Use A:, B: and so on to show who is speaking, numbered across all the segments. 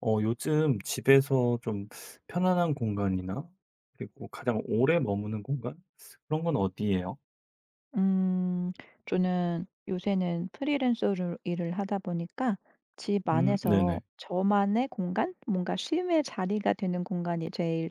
A: 요즘 집에서 좀 편안한 공간이나 그리고 가장 오래 머무는 공간? 그런 건 어디예요?
B: 음 저는 요새는 프리랜서로 일을 하다 보니까 집 안에서
A: 네네.
B: 저만의 공간? 뭔가 쉼의 자리가 되는 공간이 제일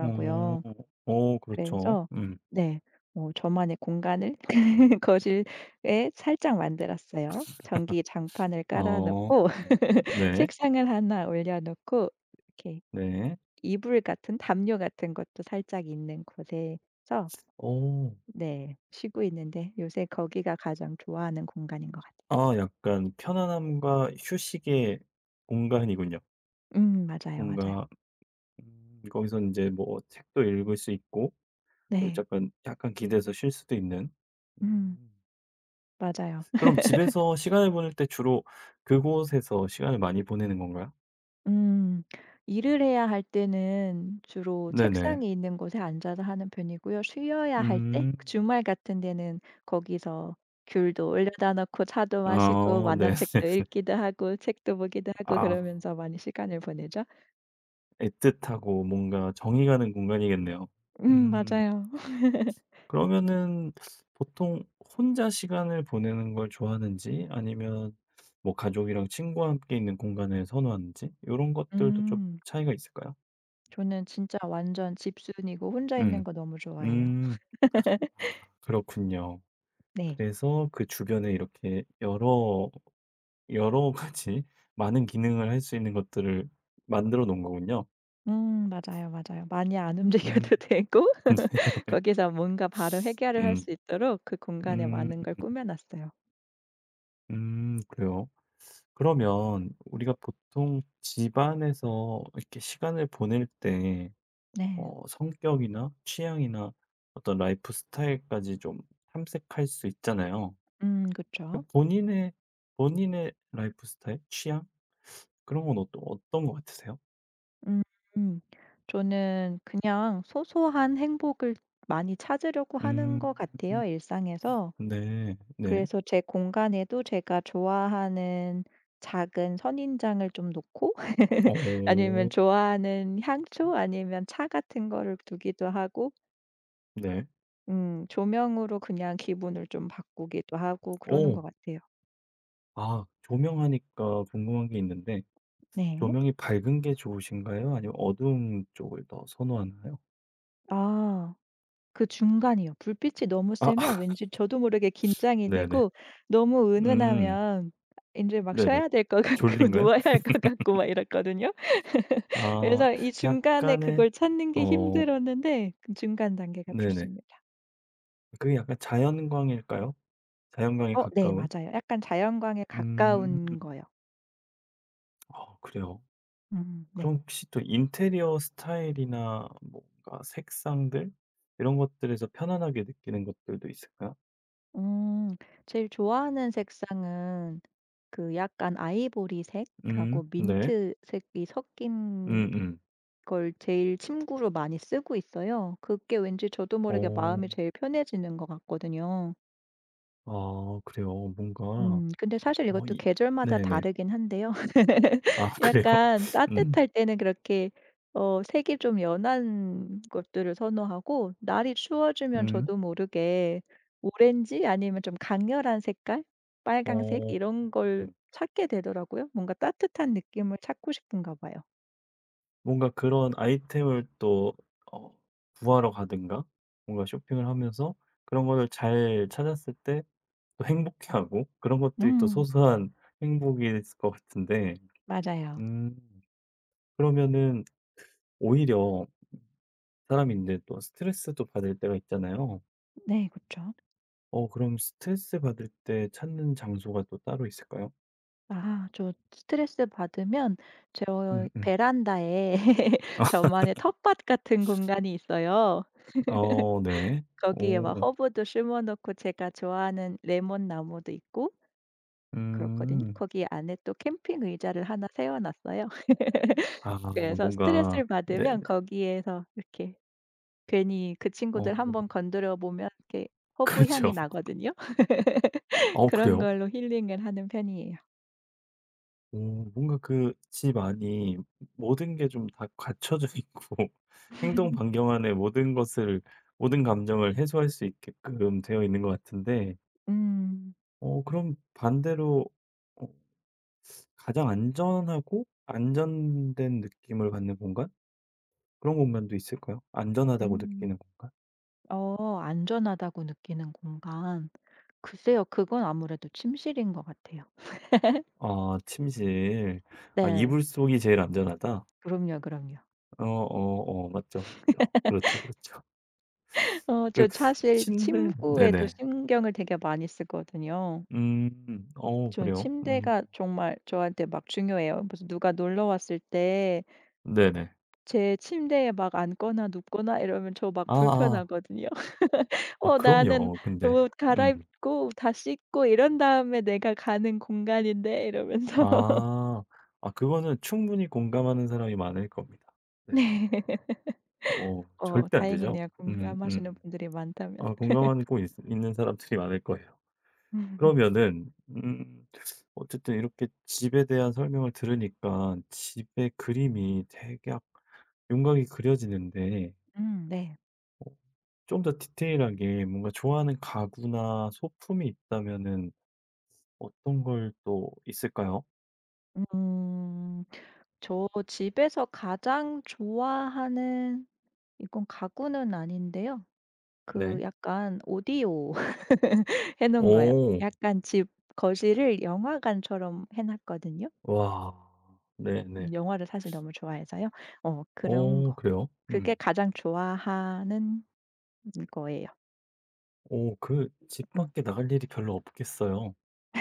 A: 어. 어 그렇죠.
B: 그래서
A: 음.
B: 네. 저만의 공간을 거실에 살짝 만들었어요. 전기 장판을 깔아
A: 어.
B: 놓고
A: 네.
B: 책상을 하나 올려 놓고 이렇게
A: 네.
B: 이불 같은 담요 같은 것도 살짝 있는 곳에서
A: 어.
B: 네. 쉬고 있는데 요새 거기가 가장 좋아하는 공간인 것 같아요.
A: 아 약간 편안함과 휴식의 공간이군요.
B: 맞아요, 맞아요.
A: 뭔가 거기서 이제 뭐 책도 읽을 수 있고 그리고
B: 네.
A: 약간 기대서 쉴 수도 있는.
B: 음
A: 음.
B: 맞아요.
A: 그럼 집에서 시간을 보낼 때 주로 그곳에서 시간을 많이 보내는 건가요?
B: 음 일을 해야 할 때는 주로
A: 네네.
B: 책상이 있는 곳에 앉아서 하는 편이고요. 쉬어야 할때
A: 음.
B: 그 주말 같은 데는 거기서 귤도 올려다 놓고 차도 마시고
A: 아 네네.
B: 만화책도 읽기도 하고 책도 보기도 하고
A: 아
B: 그러면서 많이 시간을 보내죠.
A: 애틋하고 뭔가 정이 가는 공간이겠네요. 음.
B: 맞아요.
A: 그러면은 보통 혼자 시간을 보내는 걸 좋아하는지 아니면 뭐 가족이랑 친구와 함께 있는 공간을 선호하는지 요런 것들도 좀
B: 음
A: 차이가 있을까요?
B: 저는 진짜 완전 집순이고 혼자 있는
A: 음.
B: 거 너무 좋아해요.
A: 음. 그렇군요.
B: 네.
A: 그래서 그 주변에 이렇게 여러 가지 많은 기능을 할 수 있는 것들을 만들어 놓은 거군요.
B: 맞아요, 맞아요. 많이 안
A: 음.
B: 움직여도 되고 거기서 뭔가 바로 해결을 할
A: 음.
B: 수 있도록 그 공간에
A: 음.
B: 많은 걸 꾸며 놨어요.
A: 음. 그래요. 그러면 우리가 보통 집안에서 이렇게 시간을 보낼 때
B: 네.
A: 성격이나 취향이나 어떤 라이프 스타일까지 좀 탐색할 수 있잖아요.
B: 그쵸.
A: 본인의 본인의 라이프 스타일, 취향 그런 건 어떤 어떤 것 같으세요?
B: 음. 음. 저는 그냥 소소한 행복을 많이 찾으려고 하는 것
A: 음.
B: 같아요, 일상에서.
A: 네. 네.
B: 그래서 제 공간에도 제가 좋아하는 작은 선인장을 좀 놓고
A: 어.
B: 아니면 좋아하는 향초 아니면 차 같은 거를 두기도 하고
A: 네.
B: 조명으로 그냥 기분을 좀 바꾸기도 하고 그러는
A: 오
B: 것 같아요.
A: 아 조명하니까 궁금한 게 있는데
B: 네.
A: 조명이 밝은 게 좋으신가요? 아니면 어두운 쪽을 더 선호하나요?
B: 아, 그 중간이요. 불빛이 너무
A: 아
B: 세면 왠지 저도 모르게 긴장이
A: 네네.
B: 되고 너무
A: 음.
B: 은은하면 이제 막
A: 네네.
B: 쉬어야 될 것 같고
A: 졸린가요?
B: 누워야 할 것 같고 막 이랬거든요.
A: 아
B: 그래서 이 중간에
A: 약간의
B: 그걸 찾는 게
A: 어
B: 힘들었는데 그 중간 단계가
A: 네네.
B: 좋습니다.
A: 그게 약간 자연광일까요? 자연광에
B: 어, 네,
A: 가까운?
B: 맞아요. 약간 자연광에
A: 음.
B: 가까운 거요.
A: 아 그래요.
B: 음. 네.
A: 그럼 혹시 또 인테리어 스타일이나 뭔가 색상들 이런 것들에서 편안하게 느끼는 것들도 있을까요?
B: 음. 제일 좋아하는 색상은 그 약간 아이보리색하고
A: 네.
B: 민트색이 섞인
A: 음음.
B: 걸 제일 침구로 많이 쓰고 있어요. 그게 왠지 저도 모르게
A: 어.
B: 마음이 제일 편해지는 것 같거든요.
A: 아 그래요. 뭔가
B: 근데 사실
A: 어
B: 이것도
A: 이
B: 계절마다
A: 네네.
B: 다르긴 한데요.
A: 아 그래요?
B: 약간
A: 음.
B: 따뜻할 때는 그렇게 색이 좀 연한 것들을 선호하고 날이 추워지면
A: 음.
B: 저도 모르게 오렌지 아니면 좀 강렬한 색깔, 빨강색
A: 어.
B: 이런 걸 찾게 되더라고요. 뭔가 따뜻한 느낌을 찾고 싶은가 봐요.
A: 뭔가 그런 아이템을 또 어 구하러 가든가 뭔가 쇼핑을 하면서 그런 거를 잘 찾았을 때 또 행복해하고 그런 것들이 또
B: 음
A: 소소한 행복일 것 같은데
B: 맞아요.
A: 음 그러면은 오히려 사람이 인제 또 스트레스도 받을 때가 있잖아요.
B: 네, 그렇죠.
A: 그럼 스트레스 받을 때 찾는 장소가 또 따로 있을까요?
B: 아, 저 스트레스 받으면 저
A: 음음.
B: 베란다에 저만의 텃밭 같은 공간이 있어요.
A: 어 네.
B: 거기에 막
A: 오.
B: 허브도 심어 놓고 제가 좋아하는 레몬 나무도 있고 그렇거든요.
A: 음.
B: 거기 안에 또 캠핑 의자를 하나 세워 놨어요.
A: 아
B: 그래서
A: 뭔가
B: 스트레스를
A: 네네.
B: 받으면 거기에서 이렇게 괜히 그
A: 어
B: 친구들 한번 건드려 보면 이렇게 허브 향이
A: 그렇죠.
B: 나거든요.
A: 어
B: 그런
A: 그래요?
B: 걸로 힐링을 하는 편이에요.
A: 오 뭔가 그 집안이 모든 게 좀 다 갖춰져 있고 행동 반경 안에 모든 것을 모든 감정을 해소할 수 있게끔 되어 있는 것 같은데
B: 음.
A: 그럼 반대로 어 가장 안전하고 안전된 느낌을 받는 공간? 그런 공간도 있을까요? 안전하다고
B: 음.
A: 느끼는 공간?
B: 안전하다고 느끼는 공간. 글쎄요. 그건 아무래도 침실인 것 같아요.
A: 아 침실. 아
B: 네.
A: 이불 속이 제일 안전하다?
B: 그럼요, 그럼요.
A: 어 어 어 맞죠, 맞죠. 그렇죠, 그렇죠. 그
B: 저 사실
A: 침대
B: 침구에도
A: 네네.
B: 신경을 되게 많이 쓰거든요.
A: 음. 어
B: 좀
A: 그래요? 음.
B: 침대가 정말 저한테 막 중요해요. 무슨 누가 놀러 왔을 때
A: 네네.
B: 제 침대에 막 앉거나 눕거나 이러면 저 막
A: 아 아. 아
B: 불편하거든요.
A: 아,
B: 나는
A: 그럼요. 근데
B: 옷
A: 음.
B: 갈아입고 다 씻고 이런 다음에 내가 가는 공간인데 이러면서.
A: 아. 아 그거는 충분히 공감하는 사람이 많을 겁니다. 네네.
B: 네.
A: 어 절대 안 되죠?
B: 다행이네요.
A: 음
B: 공감하시는
A: 음.
B: 분들이 많다면.
A: 아 공감하고 있 있는 사람들이 많을 거예요. 그러면은 어쨌든 이렇게 집에 대한 설명을 들으니까 집의 그림이 대략 윤곽이 그려지는데
B: 네.
A: 어 좀 더 디테일하게 뭔가 좋아하는 가구나 소품이 있다면은 어떤 걸 또 있을까요?
B: 음. 저 집에서 가장 좋아하는 이건 가구는 아닌데요. 그
A: 네.
B: 약간 오디오 해 놓은 거예요.
A: 오.
B: 약간 집 거실을 영화관처럼 해 놨거든요.
A: 와. 네네.
B: 영화를 사실 너무 좋아해서요. 그런
A: 오
B: 거.
A: 그래요?
B: 그게
A: 음.
B: 가장 좋아하는 거예요.
A: 오 그 집
B: 음
A: 밖에 나갈 일이 별로 없겠어요.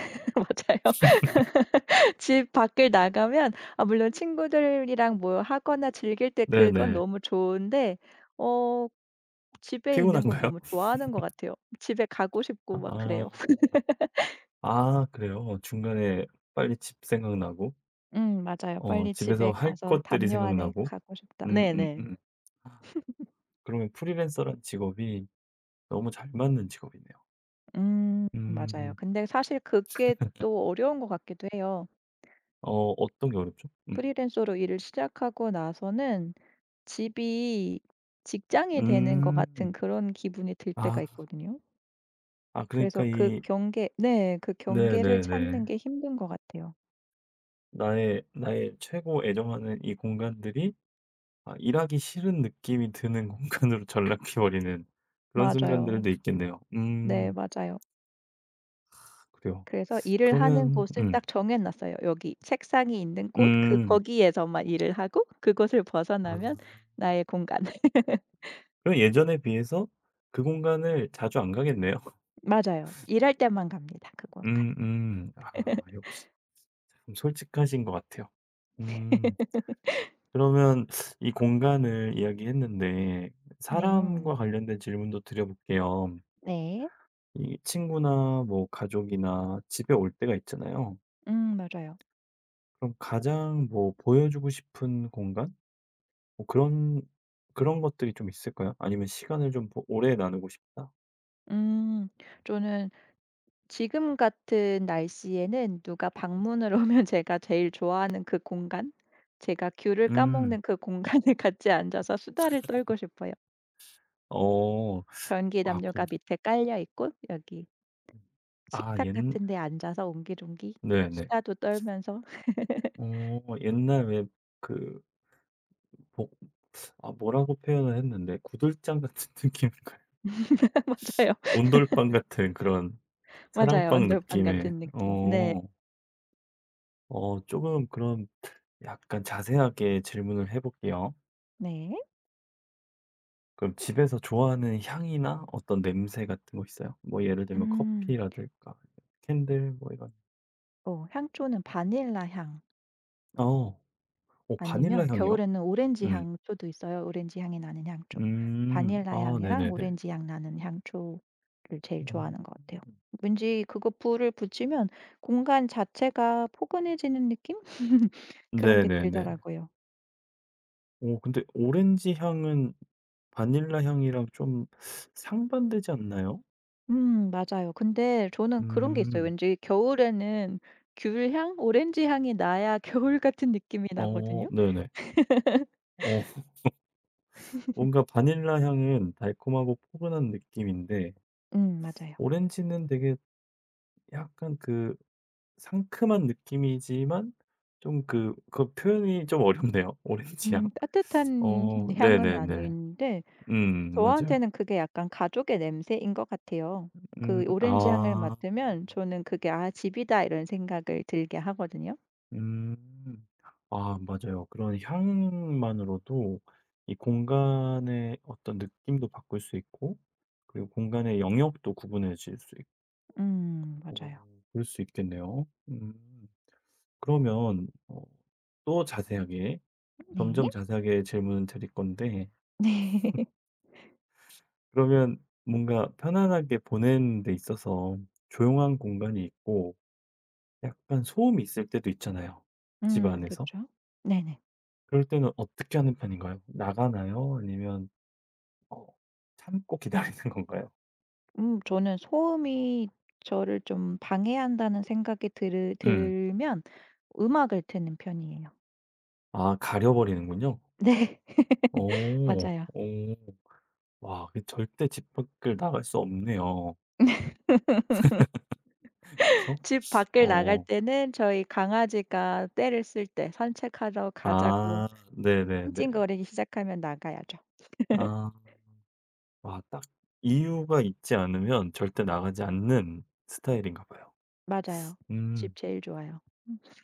B: 맞아요. 집 밖을 나가면 아, 물론 친구들이랑 뭐 하거나 즐길 때 그건
A: 네네.
B: 너무 좋은데 어 집에 있는 걸
A: 피곤한가요?
B: 너무 좋아하는 것 같아요. 집에 가고 싶고 막 그래요.
A: 아. 아 그래요? 중간에 빨리 집 생각나고
B: 맞아요. '빨리
A: 집에서
B: 집에
A: 할
B: 가서
A: 것들이
B: 담요 안에
A: 생각나고.
B: 가고 싶다.'
A: 음 음
B: 네네.
A: 음. 그러면 프리랜서란 직업이 너무 잘 맞는 직업이네요.
B: 맞아요.
A: 음.
B: 근데 사실 그게 또 어려운 것 같기도 해요.
A: 어 어떤 게 어렵죠? 음.
B: 프리랜서로 일을 시작하고 나서는 집이 직장이 되는 것
A: 음.
B: 같은 그런 기분이 들 때가
A: 아.
B: 있거든요.
A: 아 그러니까
B: 그래서 그
A: 이
B: 경계 네. 그 경계를
A: 네네네.
B: 찾는 게 힘든 것 같아요.
A: 나의 최고 애정하는 이 공간들이 아 일하기 싫은 느낌이 드는 공간으로 전락해 버리는 그런
B: 맞아요.
A: 순간들도 있겠네요.
B: 네,
A: 음.
B: 맞아요.
A: 그래요.
B: 그래서 일을 하는
A: 그러면
B: 곳은 딱 정해 놨어요. 여기 책상이 있는 곳 그
A: 음.
B: 거기에서만 일을 하고 그곳을
A: 아.
B: 벗어나면 나의 공간.
A: 그럼 예전에 비해서 그 공간을 자주 안 가겠네요.
B: 맞아요. 일할 때만 갑니다. 그 공간.
A: 아 역시 참 솔직하신 것 같아요. 음. 그러면 이 공간을 이야기했는데
B: 네.
A: 사람과 관련된 질문도 드려볼게요.
B: 네.
A: 이 친구나 뭐 가족이나 집에 올 때가 있잖아요.
B: 맞아요.
A: 그럼 가장 뭐 보여주고 싶은 공간? 뭐 그런 것들이 좀 있을까요? 아니면 시간을 좀 보 오래 나누고 싶다?
B: 음 저는 지금 같은 날씨에는 누가 방문을 오면 제가 제일 좋아하는 그 공간, 제가 귤을
A: 음.
B: 까먹는 그 공간에 같이 앉아서 수다를 떨고 싶어요.
A: 어.
B: 전기
A: 아
B: 담요가 밑에 깔려 있고 여기
A: 아
B: 식탁
A: 옛
B: 같은 데 앉아서 옹기종기
A: 네네.
B: 수다도 떨면서
A: 옛날 왜 그 복 아 뭐라고 표현을 했는데 구들장 같은 느낌인가요?
B: 맞아요.
A: 온돌빵 같은 그런 사랑
B: 맞아요.
A: 빵
B: 언절반
A: 느낌의
B: 같은 느낌. 네.
A: 어. 조금 그런 약간 자세하게 질문을 해 볼게요.
B: 네.
A: 그럼 집에서 좋아하는 향이나 어떤 냄새 같은 거 있어요? 뭐 예를 들면
B: 음.
A: 커피라든가 캔들 뭐 이런.
B: 향초는 바닐라 향
A: 어.
B: 아니면
A: 바닐라 향이요?
B: 겨울에는 오렌지
A: 음.
B: 향초도 있어요. 오렌지 향이 나는 향초.
A: 음.
B: 바닐라
A: 아
B: 향이랑
A: 네네네.
B: 오렌지 향 나는 향초를 제일
A: 음.
B: 좋아하는 것 같아요. 왠지 그거 불을 붙이면 공간 자체가 포근해지는 느낌? 그런 게
A: 네네네.
B: 들더라고요.
A: 오 근데 오렌지 향은 바닐라 향이랑 좀 상반되지 않나요?
B: 맞아요. 근데 저는 그런 게 있어요.
A: 음.
B: 왠지 겨울에는 귤향, 오렌지 향이 나야 겨울 같은 느낌이 나거든요.
A: 네네. 어 뭔가 바닐라 향은 달콤하고 포근한 느낌인데
B: 맞아요.
A: 오렌지는 되게 약간 그 상큼한 느낌이지만 좀 그 표현이 좀 어렵네요. 오렌지 향.
B: 따뜻한 향은
A: 네네네.
B: 아닌데
A: 맞아요.
B: 저한테는 그게 약간 가족의 냄새인 것 같아요. 그 오렌지 향을
A: 아.
B: 맡으면 저는 그게 '아 집이다.' 이런 생각을 들게 하거든요.
A: 음. 아 맞아요. 그런 향만으로도 이 공간의 어떤 느낌도 바꿀 수 있고 그리고 공간의 영역도 구분해질 수 있고
B: 맞아요.
A: 그럴 수 있겠네요. 음. 그러면 또 자세하게
B: 네.
A: 점점 자세하게 질문을 드릴 건데
B: 네.
A: 그러면 뭔가 편안하게 보내는 데 있어서 조용한 공간이 있고 약간 소음이 있을 때도 있잖아요, 집
B: 그
A: 안에서.
B: 죠 네네.
A: 그럴 때는 어떻게 하는 편인가요? 나가나요? 아니면 어 참고 기다리는 건가요?
B: 저는 소음이 저를 좀 방해한다는 생각이 들
A: 음.
B: 들면 음악을 듣는 편이에요.
A: 아 가려 버리는군요.
B: 네.
A: 오
B: 맞아요.
A: 오 와 그 절대 집 밖을 나갈 수 없네요. 그쵸?
B: 집 밖을 나갈
A: 어.
B: 때는 저희 강아지가 떼를 쓸 때 산책하러 가자고
A: 아 네네네.
B: 찡찡거리기 시작하면 나가야죠.
A: 아. 와 딱 이유가 있지 않으면 절대 나가지 않는 스타일인가 봐요.
B: 맞아요. 집
A: 음.
B: 제일 좋아요.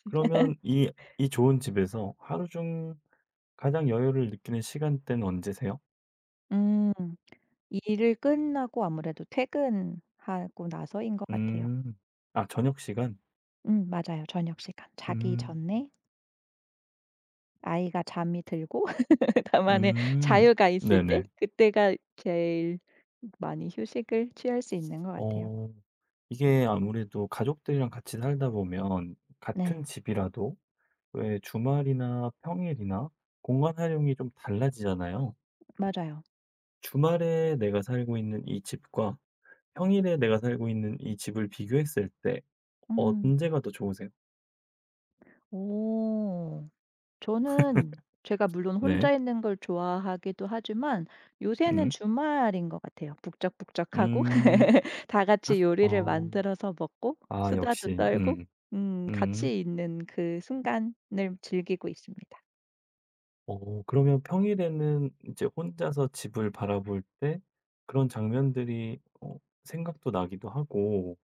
A: 그러면 이 좋은 집에서 하루 중 가장 여유를 느끼는 시간대는 언제세요?
B: 음. 일을 끝나고 아무래도 퇴근하고 나서인 것 같아요.
A: 음. 아 저녁 시간?
B: 맞아요. 저녁 시간. 자기
A: 음.
B: 전에 아이가 잠이 들고 다만의
A: 음.
B: 자유가 있을 때
A: 네네.
B: 그때가 제일 많이 휴식을 취할 수 있는 것 같아요.
A: 어 이게 아무래도 가족들이랑 같이 살다 보면 같은
B: 네.
A: 집이라도 왜 주말이나 평일이나 공간 활용이 좀 달라지잖아요.
B: 맞아요.
A: 주말에 내가 살고 있는 이 집과 평일에 내가 살고 있는 이 집을 비교했을 때
B: 음.
A: 언제가 더 좋으세요?
B: 오. 저는 제가 물론
A: 네.
B: 혼자 있는 걸 좋아하기도 하지만 요새는
A: 음.
B: 주말인 것 같아요. 북적북적하고
A: 음.
B: 다 같이 요리를
A: 어.
B: 만들어서 먹고
A: 아
B: 수다도
A: 역시.
B: 떨고
A: 음. 음.
B: 같이 있는 그 순간을 즐기고 있습니다.
A: 그러면 평일에는 이제 혼자서 집을 바라볼 때 그런 장면들이 생각도 나기도 하고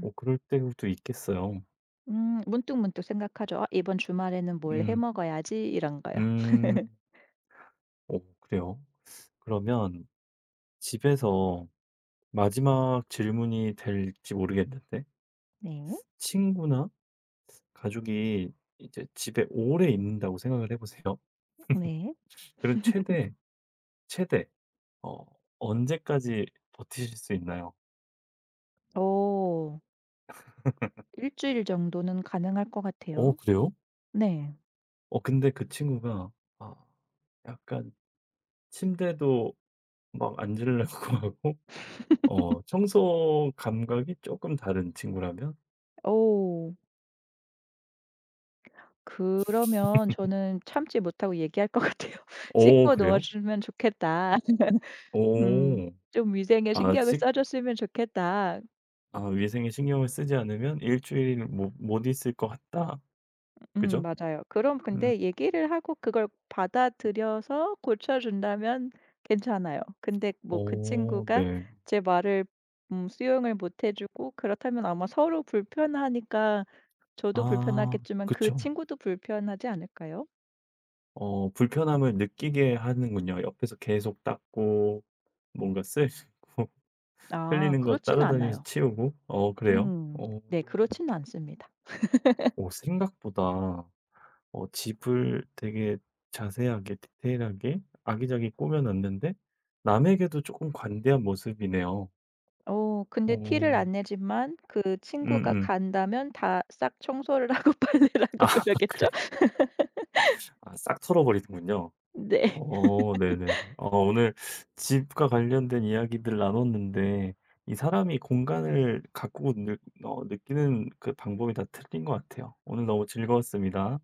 A: 그럴 때도 있겠어요.
B: 문득문득 생각하죠. '아 이번 주말에는 뭘 해
A: 음.
B: 먹어야지.' 이런 거요.
A: 음. 어 그래요? 그러면 집에서 마지막 질문이 될지 모르겠는데
B: 네.
A: 친구나 가족이 이제 집에 오래 있는다고 생각을 해 보세요.
B: 네.
A: 그럼 최대 어 언제까지 버티실 수 있나요?
B: 오, 일주일 정도는 가능할 것
A: 어
B: 같아요.
A: 그래요?
B: 네.
A: 근데 그 친구가 아 약간 침대도 막 앉으려고 하고 청소 감각이 조금 다른 친구라면
B: 오, 그러면 저는 참지 못하고 얘기할 것 같아요.
A: 오
B: "씻고 놓아
A: 그래요?
B: 주면 좋겠다. 음
A: 오오
B: 좀 위생에
A: 아 식
B: 신경을 써 줬으면 좋겠다."
A: 아 "위생에 신경을 쓰지 않으면 일 주일 못 있을 것 같다." 그죠?
B: 맞아요. 그럼
A: 음.
B: 근데 얘기를 하고 그걸 받아들여서 고쳐 준다면 괜찮아요. 근데 뭐 그
A: 오
B: 친구가
A: 네.
B: 제 말을 수용을 못해 주고 그렇다면 아마 서로 불편하니까 저도
A: 아
B: 불편하겠지만 그
A: 그쵸.
B: 친구도 불편하지 않을까요?
A: 불편함을 느끼게 하는군요. 옆에서 계속 닦고 뭔가 쓸고
B: 아,
A: 흘리는 거
B: 그렇진
A: 따라다니면서
B: 않아요.
A: 치우고. 어 그래요?
B: 음.
A: 어.
B: 네, 그렇지는 않습니다.
A: 오, 생각보다 집을 되게 자세하게 디테일하게 아기자기 꾸며 놨는데 남에게도 조금 관대한 모습이네요.
B: 근데 티를
A: 어.
B: 안 내지만 그 친구가
A: 음음.
B: 간다면 다 싹 청소를 하고 빨래를 하고
A: 아 그
B: 그러겠죠?
A: 래 아 싹 털어버리는군요.
B: 네.
A: 네네네. 오늘 집과 관련된 이야기들 나눴는데 이 사람이 공간을 가꾸고 느 어 느끼는 그 방법이 다 틀린 것 같아요. 오늘 너무 즐거웠습니다.